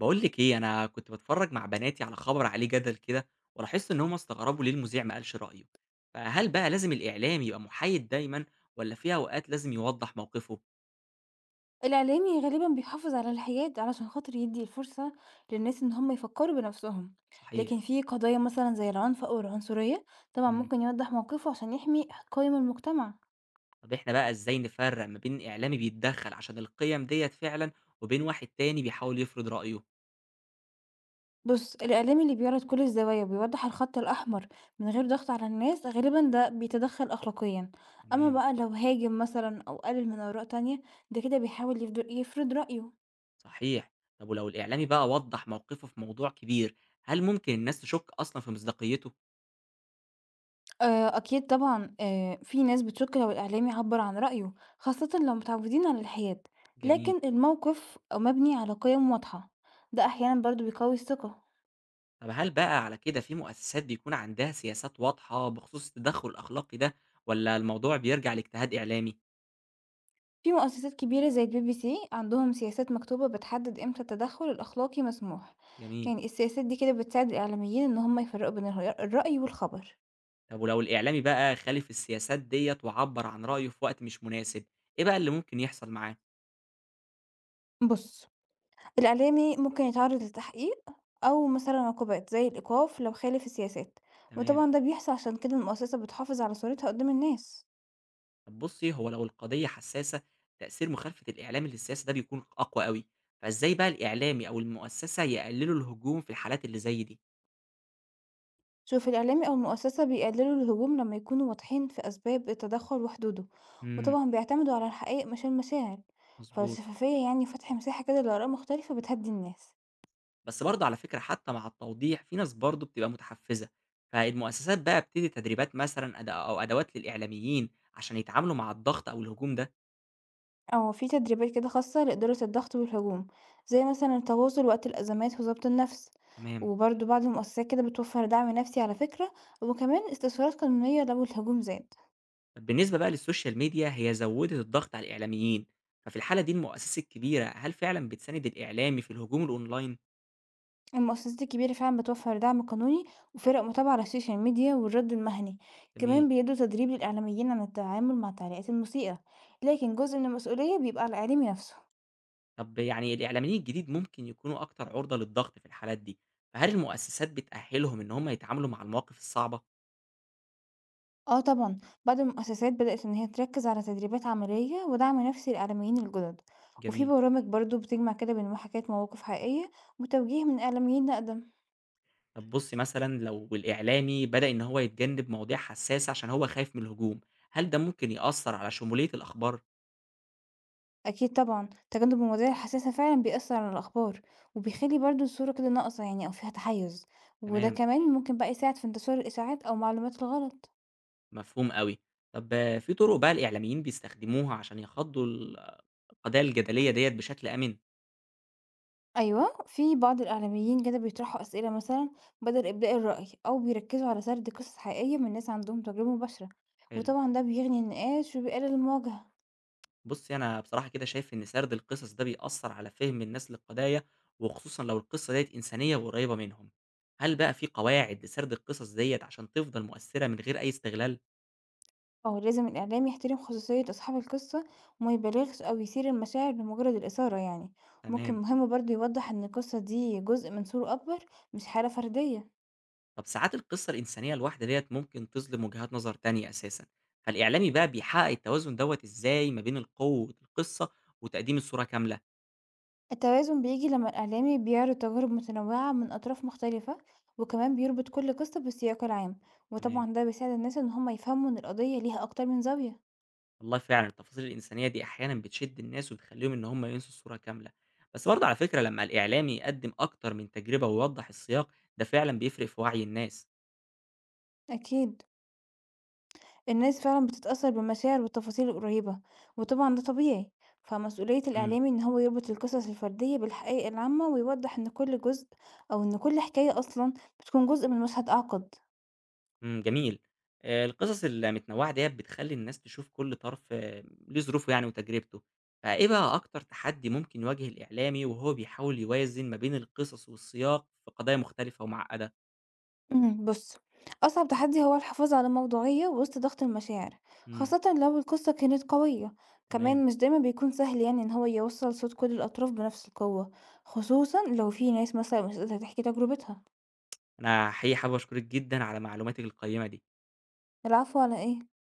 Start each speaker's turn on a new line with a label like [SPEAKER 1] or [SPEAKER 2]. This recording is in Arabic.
[SPEAKER 1] بقول لك ايه، انا كنت بتفرج مع بناتي على خبر عليه جدل كده، ولاحظت ان هم استغربوا ليه المذيع ما قالش رأيه. فهل بقى لازم الإعلام يبقى محايد دايما، ولا في اوقات لازم يوضح موقفه؟
[SPEAKER 2] الإعلامي غالبا بيحافظ على الحياد علشان خاطر يدي الفرصة للناس إن هم يفكروا بنفسهم. لكن
[SPEAKER 1] صحيح.
[SPEAKER 2] في قضايا مثلا زي العنف أو العنصرية طبعا
[SPEAKER 1] مم.
[SPEAKER 2] ممكن يوضح موقفه عشان يحمي قيم المجتمع.
[SPEAKER 1] طب احنا بقى ازاي نفرق ما بين إعلامي بيتدخل عشان القيم ديت فعلا، وبين واحد تاني بيحاول يفرض رأيه؟
[SPEAKER 2] بص، الإعلامي اللي بيعرض كل الزوايا وبيوضح الخط الأحمر من غير ضغط على الناس غالبا ده بيتدخل أخلاقيا. أما
[SPEAKER 1] تمام.
[SPEAKER 2] بقى لو هاجم مثلا أو قلل من آراء تانية ده كده بيحاول يفرض رأيه.
[SPEAKER 1] صحيح. طب ولو الإعلامي بقى وضح موقفه في موضوع كبير، هل ممكن الناس تشك أصلا في مصداقيته؟
[SPEAKER 2] أكيد طبعًا، في ناس بتشُك لو الإعلام يعبّر عن رأيه، خاصةً لو متعوّدين على الحياد،
[SPEAKER 1] جميل.
[SPEAKER 2] لكن الموقف مبني على قِيَم واضحة، ده أحيانًا برضه بيقوي الثقة.
[SPEAKER 1] طب هل بقى على كده في مؤسسات بيكون عندها سياسات واضحة بخصوص التدخل الأخلاقي ده، والّا الموضوع بيرجع لاجتهاد إعلامي؟
[SPEAKER 2] في مؤسسات كبيرة زي الBBC عندهم سياسات مكتوبة بتحدد إمتى التدخُّل الأخلاقي مسموح،
[SPEAKER 1] جميل.
[SPEAKER 2] يعني السياسات دي كده بتساعد الإعلاميين إن هم يفرّقوا بين الرأي والخبر.
[SPEAKER 1] طب ولو الإعلامي بقى خالف السياسات ديّة وعبّر عن رأيه في وقت مش مناسب، إيه بقى اللي ممكن يحصل معاه؟
[SPEAKER 2] بُص، الإعلامي ممكن يتعرض لتحقيق أو مثلًا عقوبات زي الإيقاف لو خالف السياسات،
[SPEAKER 1] تمام.
[SPEAKER 2] وطبعًا ده بيحصل عشان كده المؤسسة بتحافظ على صورتها قدام الناس.
[SPEAKER 1] طب بُصّي، هو لو القضية حساسة، تأثير مخالفة الإعلام للسياسة ده بيكون أقوى أوي، فإزاي بقى الإعلامي أو المؤسسة يقللوا الهجوم في الحالات اللي زي دي؟
[SPEAKER 2] شوف، الإعلامي أو المؤسسة بيقللوا الهجوم لما يكونوا واضحين في أسباب التدخل وحدوده،
[SPEAKER 1] إمم،
[SPEAKER 2] وطبعًا بيعتمدوا على الحقائق مش المشاعر،
[SPEAKER 1] مضبوط.
[SPEAKER 2] فالشفافية يعني فتح مساحة كده لآراء مختلفة بتهدي الناس.
[SPEAKER 1] بس برضه على فكرة حتى مع التوضيح في ناس برضه بتبقى متحفزة، فالمؤسسات بقى بتدي تدريبات مثلا أو أدوات للإعلاميين عشان يتعاملوا مع الضغط أو الهجوم ده.
[SPEAKER 2] أو في تدريبات كده خاصة لإدارة الضغط والهجوم زي مثلا التواصل وقت الأزمات وضبط النفس.
[SPEAKER 1] تمام.
[SPEAKER 2] وبرضه بعض المؤسسات كده بتوفر دعم نفسي على فكرة، وكمان استشارات قانونية لو الهجوم زاد.
[SPEAKER 1] طب بالنسبة بقى للسوشيال ميديا، هي زودت الضغط على الإعلاميين، ففي الحالة دي المؤسسات الكبيرة هل فعلا بتساند الإعلامي في الهجوم الأونلاين؟
[SPEAKER 2] المؤسسات الكبيرة فعلا بتوفر دعم قانوني وفرق متابعة على السوشيال ميديا والرد المهني.
[SPEAKER 1] جميل.
[SPEAKER 2] كمان بيدوا تدريب للإعلاميين عن التعامل مع تعليقات المسيئة، لكن جزء من المسؤولية بيبقى على الإعلامي نفسه.
[SPEAKER 1] طب يعني الإعلاميين الجديد ممكن يكونوا أكتر عرضة للضغط في الحالات دي، فهل المؤسسات بتأهلهم إن هم يتعاملوا مع المواقف الصعبة؟
[SPEAKER 2] آه طبعًا، بعض المؤسسات بدأت إن هي تركّز على تدريبات عملية ودعم نفسي للإعلاميين الجدد، وفي
[SPEAKER 1] جميل.
[SPEAKER 2] برامج برضه بتجمع كده بين محاكاة مواقف حقيقية وتوجيه من إعلاميين أقدم.
[SPEAKER 1] طب بُصّي، مثلًا لو الإعلامي بدأ إن هو يتجنب مواضيع حساسة عشان هو خايف من الهجوم، هل ده ممكن يأثّر على شمولية الأخبار؟
[SPEAKER 2] أكيد طبعًا، تجنب المواضيع الحساسة فعلًا بيأثّر على الأخبار، وبيخلّي برضه الصورة كده ناقصة يعني أو فيها تحيُّز، وده
[SPEAKER 1] تمام،
[SPEAKER 2] كمان ممكن بقى يساعد في انتشار الإشاعات أو معلومات الغلط.
[SPEAKER 1] مفهوم أوي. طب في طرق بقى الإعلاميين بيستخدموها عشان يخاضوا القضايا الجدلية ديّة بشكل آمن؟
[SPEAKER 2] أيوه، في بعض الإعلاميين كده بيطرحوا أسئلة مثلًا بدل إبداء الرأي، أو بيركزوا على سرد قصص حقيقية من ناس عندهم تجربة مباشرة،
[SPEAKER 1] حلو.
[SPEAKER 2] وطبعًا ده بيغني النقاش وبيقلل المواجهة.
[SPEAKER 1] بُصّي، أنا بصراحة كده شايف إن سرد القصص ده بيأثّر على فهم الناس للقضايا، وخصوصًا لو القصة ديّة إنسانية وقريبة منهم. هل بقى في قواعد لسرد القصص ديّة عشان تفضل مؤثّرة من غير أي استغلال؟
[SPEAKER 2] أو لازم الإعلام يحترم خصوصية أصحاب القصة وما يبالغش أو يثير المشاعر لمجرد الإثارة يعني. ممكن
[SPEAKER 1] تمام.
[SPEAKER 2] مهم برضه يوضح إن القصة دي جزء من صورة أكبر مش حالة فردية.
[SPEAKER 1] طب ساعات القصة الإنسانية الواحدة ديّة ممكن تظلم وجهات نظر تانية أساسًا، فالإعلامي بقى بيحقق التوازن دوّة إزاي ما بين القوة القصة وتقديم الصورة كاملة؟
[SPEAKER 2] التوازن بيجي لما الإعلامي بيعرض تجارب متنوعة من أطراف مختلفة، وكمان بيربط كل قصة بالسياق العام،
[SPEAKER 1] تمام.
[SPEAKER 2] وطبعا ده بيساعد الناس إن هما يفهموا إن القضية ليها أكتر من زاوية.
[SPEAKER 1] والله فعلًا التفاصيل الإنسانية دي أحيانًا بتشد الناس وتخلّيهم إن هم ينسوا الصورة كاملة، بس برضه على فكرة لمّا الإعلامي يقدّم أكتر من تجربة ويوضّح السياق، ده فعلًا بيفرق في وعي الناس.
[SPEAKER 2] أكيد، الناس فعلا بتتأثر بالمشاعر والتفاصيل القريبة، وطبعا ده طبيعي. فمسؤولية
[SPEAKER 1] إمم.
[SPEAKER 2] الإعلامي إن هو يربط القصص الفردية بالحقائق العامة ويوضح إن كل جزء أو إن كل حكاية أصلا بتكون جزء من مشهد أعقد.
[SPEAKER 1] إمم، جميل. القصص المتنوّعة ديّة بتخلّي الناس تشوف كل طرف، ليه ظروفه يعني وتجربته، فإيه بقى أكتر تحدّي ممكن يواجه الإعلامي وهو بيحاول يوازن ما بين القصص والسياق في قضايا مختلفة ومعقّدة؟
[SPEAKER 2] بص، أصعب تحدي هو الحفاظ على الموضوعية وسط ضغط المشاعر،
[SPEAKER 1] إمم،
[SPEAKER 2] خاصة لو القصة كانت قوية.
[SPEAKER 1] تمام.
[SPEAKER 2] كمان مش دايما بيكون سهل يعني إن هو يوصل صوت كل الأطراف بنفس القوة، خصوصا لو في ناس مثلا مش قادرة تحكي تجربتها.
[SPEAKER 1] أنا حقيقي حابب أشكرِك جدًا على معلوماتِك القيّمة دي.
[SPEAKER 2] العفو على إيه.